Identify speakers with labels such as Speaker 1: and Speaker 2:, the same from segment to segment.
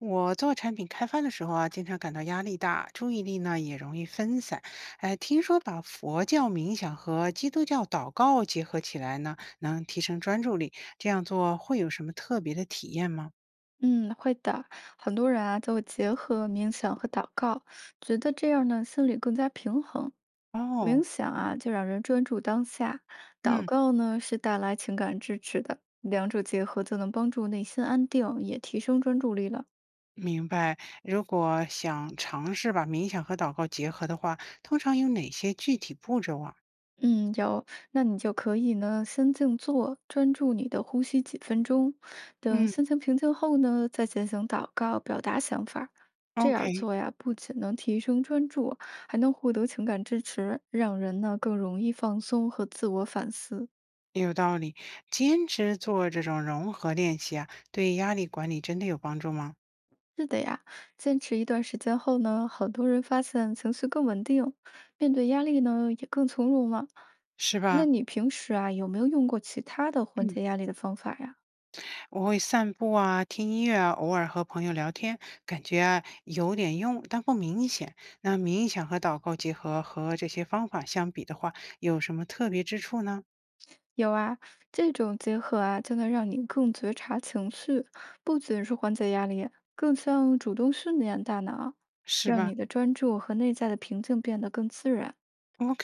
Speaker 1: 我做产品开发的时候啊，经常感到压力大，注意力呢也容易分散。哎，听说把佛教冥想和基督教祷告结合起来呢，能提升专注力。这样做会有什么特别的体验吗？
Speaker 2: 嗯，会的。很多人啊，就会结合冥想和祷告，觉得这样呢，心里更加平衡。冥
Speaker 1: 哦，
Speaker 2: 想啊，就让人专注当下；祷
Speaker 1: 嗯，
Speaker 2: 告呢，是带来情感支持的。两者结合，就能帮助内心安定，也提升专注力了。
Speaker 1: 明白。如果想尝试把冥想和祷告结合的话，通常有哪些具体步骤啊？
Speaker 2: 嗯，有，那你就可以呢，先静坐，专注你的呼吸几分钟，等
Speaker 1: 嗯
Speaker 2: 心情平静后呢，再进行祷告，表达想法儿。这样
Speaker 1: ，OK，
Speaker 2: 做呀，不仅能提升专注，还能获得情感支持，让人呢更容易放松和自我反思。
Speaker 1: 有道理。坚持做这种融合练习啊，对压力管理真的有帮助吗？
Speaker 2: 是的呀，坚持一段时间后呢，很多人发现情绪更稳定，面对压力呢也更从容了。
Speaker 1: 是
Speaker 2: 那
Speaker 1: 吧？
Speaker 2: 你平时啊，有没有用过其他的缓
Speaker 1: 嗯。
Speaker 2: 解压力的方法呀？
Speaker 1: 我会散步啊，听音乐啊，偶尔和朋友聊天，感觉啊有点用，但不明显。那冥想和祷告结合和这些方法相比的话，有什么特别之处呢？
Speaker 2: 有啊，这种结合啊，就能让你更觉察情绪，不仅是缓解压力，更像主动训练大脑，
Speaker 1: 是
Speaker 2: 让
Speaker 1: 吧
Speaker 2: 你的专注和内在的平静变得更自然。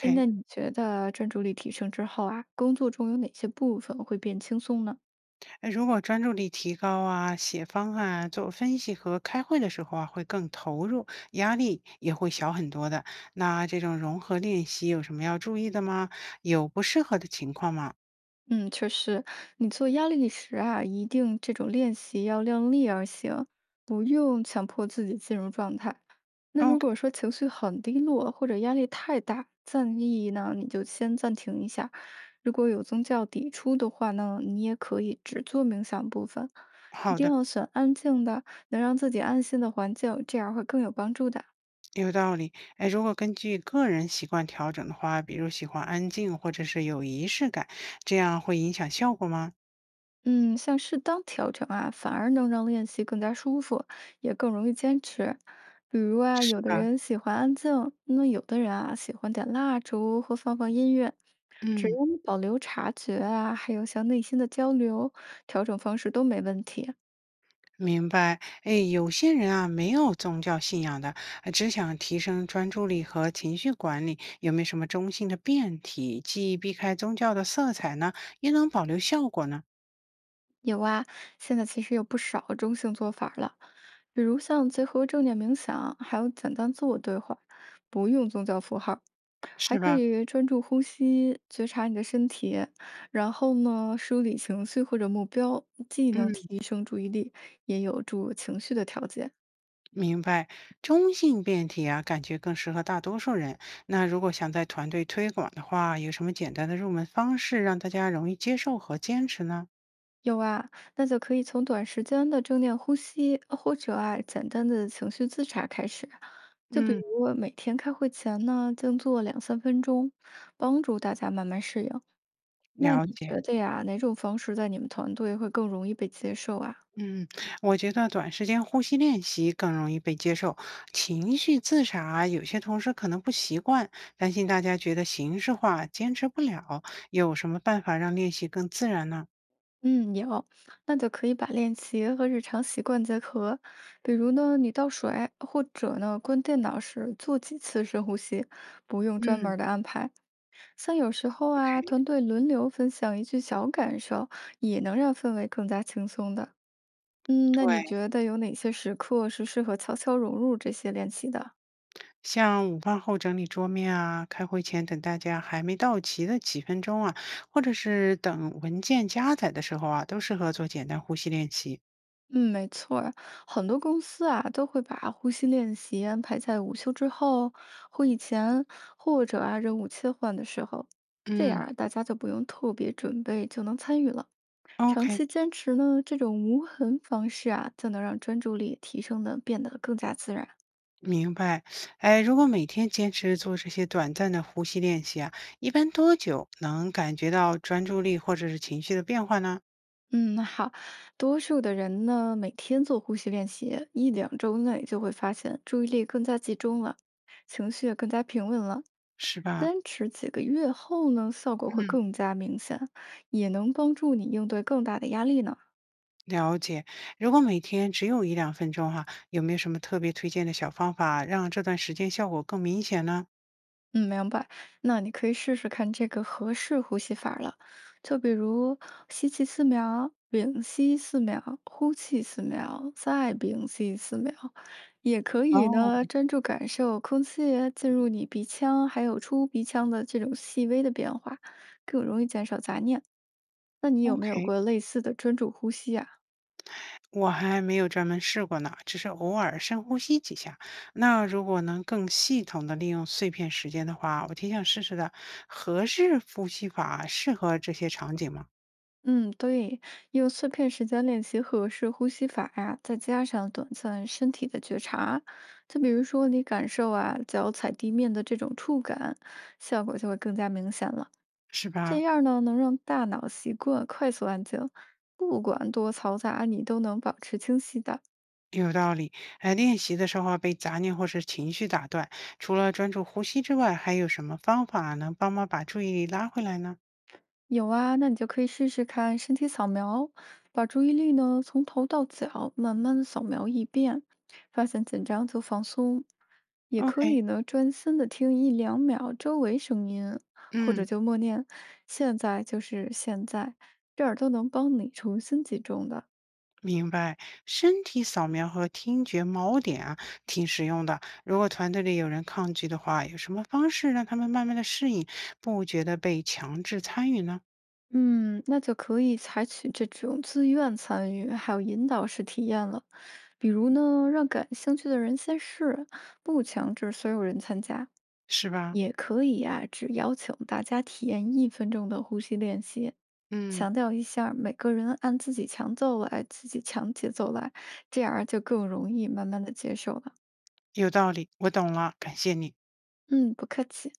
Speaker 2: 诶那你觉得专注力提升之后啊，工作中有哪些部分会变轻松呢？
Speaker 1: 哎如果专注力提高啊，写方案啊做分析和开会的时候啊，会更投入，压力也会小很多的。那这种融合练习有什么要注意的吗？有不适合的情况吗
Speaker 2: 嗯，确实，你做压力时啊，一定这种练习要量力而行，不用强迫自己进入状态。那如
Speaker 1: ？OK，
Speaker 2: 果说情绪很低落或者压力太大，建议呢，你就先暂停一下。如果有宗教抵触的话呢，你也可以只做冥想部分，一
Speaker 1: 好
Speaker 2: 定
Speaker 1: 的。
Speaker 2: 要选安静的，能让自己安心的环境，这样会更有帮助的。
Speaker 1: 有道理，哎，如果根据个人习惯调整的话，比如喜欢安静或者是有仪式感，这样会影响效果吗？
Speaker 2: 嗯，像适当调整啊，反而能让练习更加舒服，也更容易坚持。比如啊，有
Speaker 1: 是
Speaker 2: 的
Speaker 1: 吧？
Speaker 2: 人喜欢安静，那有的人啊喜欢点蜡烛或放放音乐。只
Speaker 1: 嗯，
Speaker 2: 要你保留察觉啊，还有像内心的交流，调整方式都没问题。
Speaker 1: 明白，哎，有些人啊没有宗教信仰的，只想提升专注力和情绪管理，有没有什么中性的变体，既避开宗教的色彩呢，又能保留效果呢？
Speaker 2: 有啊，现在其实有不少中性做法了，比如像结合正念冥想，还有简单自我对话，不用宗教符号。还
Speaker 1: 是
Speaker 2: 可
Speaker 1: 吧？
Speaker 2: 以专注呼吸，觉察你的身体，然后呢，梳理情绪或者目标，既能
Speaker 1: 嗯。
Speaker 2: 提升注意力，也有助情绪的调节。
Speaker 1: 明白，中性变体啊，感觉更适合大多数人。那如果想在团队推广的话，有什么简单的入门方式让大家容易接受和坚持呢？
Speaker 2: 有啊，那就可以从短时间的正念呼吸，或者啊简单的情绪自查开始。就比
Speaker 1: 嗯，
Speaker 2: 如每天开会前呢，静坐2、3分钟，帮助大家慢慢适应。那
Speaker 1: 了
Speaker 2: 你
Speaker 1: 解，
Speaker 2: 觉得呀，哪种方式在你们团队会更容易被接受啊？
Speaker 1: 嗯，我觉得短时间呼吸练习更容易被接受。情绪自查，有些同事可能不习惯，担心大家觉得形式化，坚持不了。有什么办法让练习更自然呢
Speaker 2: 嗯，有，那就可以把练习和日常习惯结合，比如呢，你倒水，或者呢，关电脑时做几次深呼吸，不用专门儿
Speaker 1: 嗯，
Speaker 2: 的安排。像有时候啊，
Speaker 1: ？OK，
Speaker 2: 团队轮流分享一句小感受，也能让氛围更加轻松的。嗯，那你
Speaker 1: 对。
Speaker 2: 觉得有哪些时刻是适合悄悄融入这些练习的？
Speaker 1: 像午饭后整理桌面啊，开会前等大家还没到齐的几分钟啊，或者是等文件加载的时候啊，都适合做简单呼吸练习。
Speaker 2: 嗯，没错儿，很多公司啊都会把呼吸练习安排在午休之后、会议前，或者啊任务切换的时候，这样
Speaker 1: 嗯，
Speaker 2: 啊大家就不用特别准备就能参与了。长
Speaker 1: OK，
Speaker 2: 期坚持呢，这种无痕方式啊，就能让专注力提升的变得更加自然。
Speaker 1: 明白。哎，如果每天坚持做这些短暂的呼吸练习啊，一般多久能感觉到专注力或者是情绪的变化呢？
Speaker 2: 嗯，好，多数的人呢，每天做呼吸练习，一两周内就会发现注意力更加集中了，情绪也更加平稳了。
Speaker 1: 是吧？
Speaker 2: 坚持几个月后呢，效果会
Speaker 1: 嗯，
Speaker 2: 更加明显，也能帮助你应对更大的压力呢。
Speaker 1: 了解。如果每天只有一两分钟哈、有没有什么特别推荐的小方法，让这段时间效果更明显呢？
Speaker 2: 嗯，明白。那你可以试试看这个合适呼吸法了，就比如吸气四秒，屏息四秒，呼气四秒，再屏息四秒。也可以呢，
Speaker 1: 哦
Speaker 2: 专注感受空气进入你鼻腔，还有出鼻腔的这种细微的变化，更容易减少杂念。那你有没有
Speaker 1: ，OK。
Speaker 2: 过类似的专注呼吸啊？
Speaker 1: 我还没有专门试过呢，只是偶尔深呼吸几下。那如果能更系统的利用碎片时间的话，我挺想试试的。合适呼吸法适合这些场景吗？
Speaker 2: 嗯，对，用碎片时间练习合适呼吸法呀、再加上短暂身体的觉察，就比如说你感受啊脚踩地面的这种触感，效果就会更加明显了。
Speaker 1: 是
Speaker 2: 这
Speaker 1: 吧？
Speaker 2: 样呢，能让大脑习惯快速安静，不管多嘈杂，你都能保持清晰的。
Speaker 1: 有道理。哎，练习的时候啊被杂念或是情绪打断，除了专注呼吸之外，还有什么方法能帮忙把注意力拉回来呢
Speaker 2: 有啊，那你就可以试试看身体扫描，把注意力呢从头到脚慢慢扫描一遍，发现紧张就放松。也可
Speaker 1: ？OK，
Speaker 2: 以呢专心的听一两秒周围声音，或者
Speaker 1: 嗯。
Speaker 2: 就默念“现在就是现在”，这儿都能帮你重新集中的。
Speaker 1: 明白，身体扫描和听觉锚点啊，挺实用的。如果团队里有人抗拒的话，有什么方式让他们慢慢的适应，不觉得被强制参与呢？
Speaker 2: 嗯，那就可以采取这种自愿参与，还有引导式体验了。比如呢，让感兴趣的人先试，不强制所有人参加。
Speaker 1: 是吧？
Speaker 2: 也可以啊，只邀请大家体验1分钟的呼吸练习，
Speaker 1: 嗯，
Speaker 2: 强调一下儿每个人按自己强节奏来，这样儿就更容易慢慢的接受了。
Speaker 1: 有道理，我懂了，感谢你。
Speaker 2: 嗯，不客气。